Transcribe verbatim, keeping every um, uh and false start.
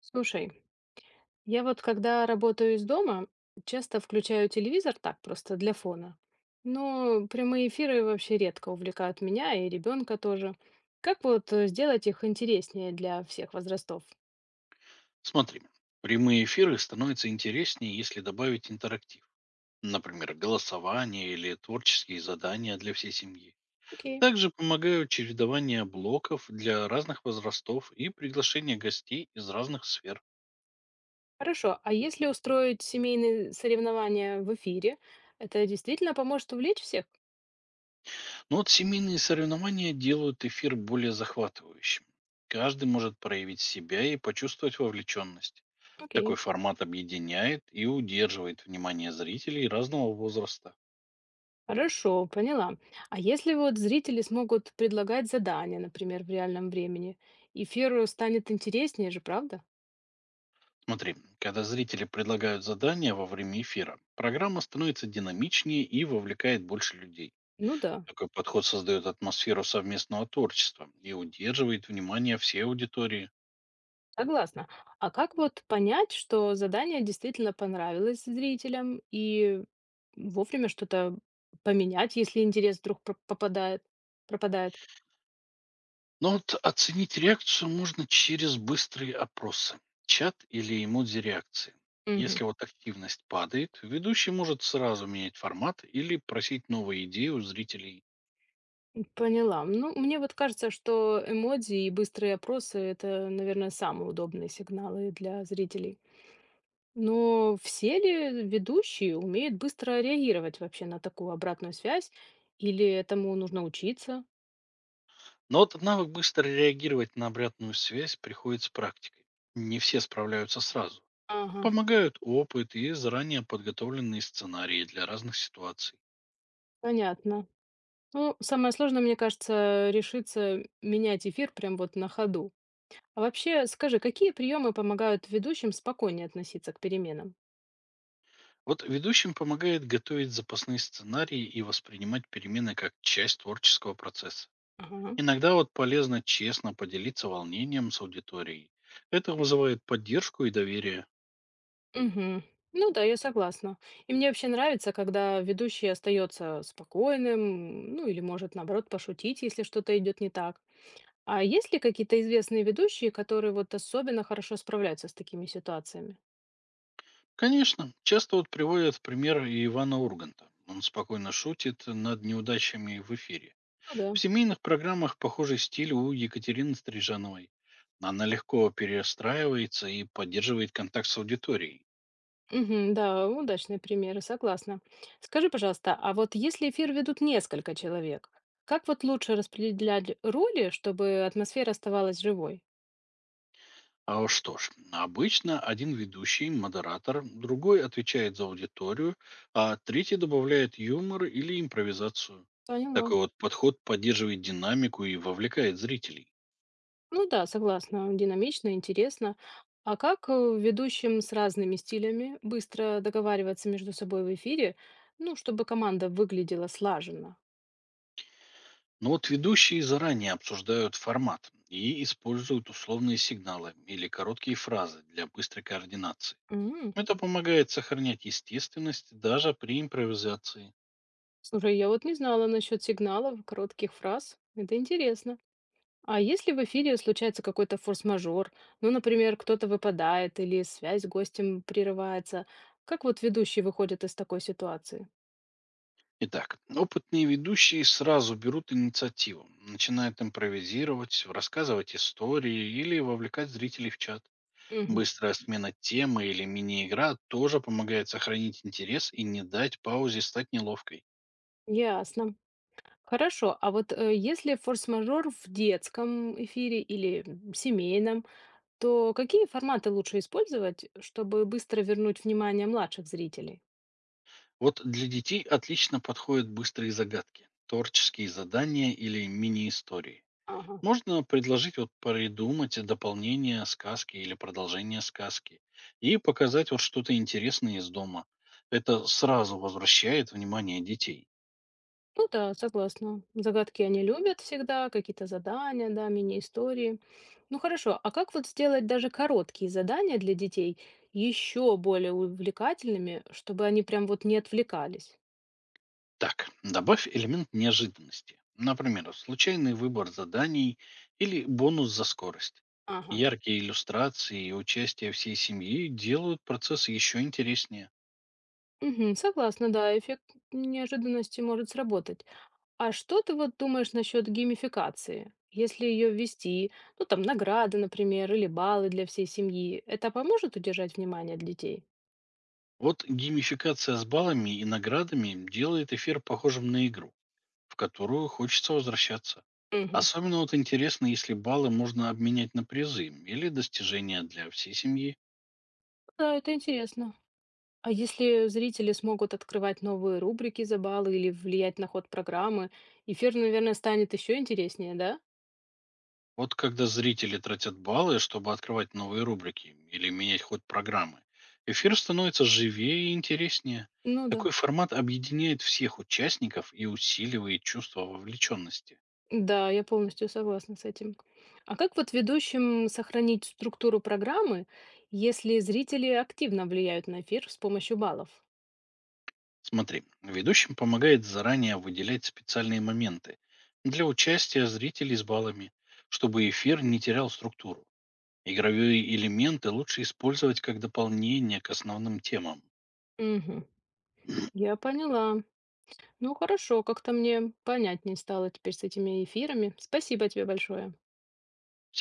Слушай, я вот когда работаю из дома, часто включаю телевизор так просто для фона. Но прямые эфиры вообще редко увлекают меня и ребенка тоже. Как вот э, сделать их интереснее для всех возрастов? Смотри, прямые эфиры становятся интереснее, если добавить интерактив. Например, голосование или творческие задания для всей семьи. Окей, Также помогают чередование блоков для разных возрастов и приглашение гостей из разных сфер. хорошо. А если устроить семейные соревнования в эфире, это действительно поможет увлечь всех? Но вот семейные соревнования делают эфир более захватывающим. Каждый может проявить себя и почувствовать вовлеченность. Такой Окей. формат объединяет и удерживает внимание зрителей разного возраста. Хорошо, поняла. А если вот зрители смогут предлагать задания, например, в реальном времени, эфир станет интереснее же, правда? Смотри, когда зрители предлагают задания во время эфира, программа становится динамичнее и вовлекает больше людей. Ну да. Такой подход создает атмосферу совместного творчества и удерживает внимание всей аудитории. Согласна. А как вот понять, что задание действительно понравилось зрителям и вовремя что-то поменять, если интерес вдруг про- попадает, пропадает? Но вот оценить реакцию можно через быстрые опросы, чат или эмодзи реакции. Мгм. Если вот активность падает, ведущий может сразу менять формат или просить новые идеи у зрителей. Поняла. Ну, мне вот кажется, что эмодзи и быстрые опросы— это, наверное, самые удобные сигналы для зрителей. Но все ли ведущие умеют быстро реагировать вообще на такую обратную связь? Или этому нужно учиться? Но вот навык быстро реагировать на обратную связь приходит с практикой. Не все справляются сразу. Ага, Помогают опыт и заранее подготовленные сценарии для разных ситуаций. понятно. Ну, самое сложное, мне кажется, решиться менять эфир прям вот на ходу. А вообще, скажи, какие приемы помогают ведущим спокойнее относиться к переменам? Вот ведущим помогает готовить запасные сценарии и воспринимать перемены как часть творческого процесса. Ага. Иногда вот полезно честно поделиться волнением с аудиторией. Это вызывает поддержку и доверие. Мгм. Ну да, я согласна. И мне вообще нравится, когда ведущий остается спокойным, ну или может наоборот пошутить, если что-то идет не так. А есть ли какие-то известные ведущие, которые вот особенно хорошо справляются с такими ситуациями? Конечно, часто вот приводят в пример и Ивана Урганта. Он спокойно шутит над неудачами в эфире. Ну В да. семейных программах похожий стиль у Екатерины Стрижановой. Она легко перестраивается и поддерживает контакт с аудиторией. Мгм. Да, удачные примеры, согласна. Скажи, пожалуйста, а вот если эфир ведут несколько человек, как вот лучше распределять роли, чтобы атмосфера оставалась живой? А уж что ж, обычно один ведущий, модератор, другой отвечает за аудиторию, а третий добавляет юмор или импровизацию. Поняла. Такой вот подход поддерживает динамику и вовлекает зрителей. Ну да, согласна, динамично, интересно. А как э, ведущим с разными стилями быстро договариваться между собой в эфире, ну, чтобы команда выглядела слаженно? Но вот ведущие заранее обсуждают формат и используют условные сигналы или короткие фразы для быстрой координации. М. Это помогает сохранять естественность даже при импровизации. Слушай, я вот не знала насчет сигналов, коротких фраз. Это интересно. А если в эфире случается какой-то форс-мажор, ну, например, кто-то выпадает или связь с гостем прерывается, как вот ведущий выходит из такой ситуации? Итак, опытные ведущие сразу берут инициативу, начинают импровизировать, рассказывать истории или вовлекать зрителей в чат. Мгм. Быстрая смена темы или мини-игра тоже помогает сохранить интерес и не дать паузе стать неловкой. Ясно. Хорошо, а вот э, если форс-мажор в детском эфире или м, семейном, то какие форматы лучше использовать, чтобы быстро вернуть внимание младших зрителей? Вот для детей отлично подходят быстрые загадки, творческие задания или мини-истории. Ага. Можно предложить вот придумать дополнение сказки или продолжение сказки и показать вот что-то интересное из дома. Это сразу возвращает внимание детей. Ну да, согласна. Загадки они любят всегда, какие-то задания, да, мини-истории. Ну хорошо, а как вот сделать даже короткие задания для детей еще более увлекательными, чтобы они прям вот не отвлекались? Так, добавь элемент неожиданности. Например, случайный выбор заданий или бонус за скорость. Ага. Яркие иллюстрации и участие всей семьи делают процесс еще интереснее. Мгм, согласна, да, эффект неожиданности может сработать. А что ты вот думаешь насчет геймификации? Если ее ввести, ну там награды, например, или баллы для всей семьи, это поможет удержать внимание от детей? Вот геймификация с баллами и наградами делает эфир похожим на игру, в которую хочется возвращаться. Мгм. Особенно вот интересно, если баллы можно обменять на призы или достижения для всей семьи. Да, это интересно. А если зрители смогут открывать новые рубрики за баллы или влиять на ход программы, эфир, наверное, станет еще интереснее, да? Вот когда зрители тратят баллы, чтобы открывать новые рубрики или менять ход программы, эфир становится живее и интереснее. Ну да. Такой формат объединяет всех участников и усиливает чувство вовлеченности. Да, я полностью согласна с этим. А как вот ведущим сохранить структуру программы, если зрители активно влияют на эфир с помощью баллов? Смотри, ведущим помогает заранее выделять специальные моменты для участия зрителей с баллами, чтобы эфир не терял структуру. Игровые элементы лучше использовать как дополнение к основным темам. Угу, я поняла. Ну хорошо, как-то мне понятнее стало теперь с этими эфирами. Спасибо тебе большое.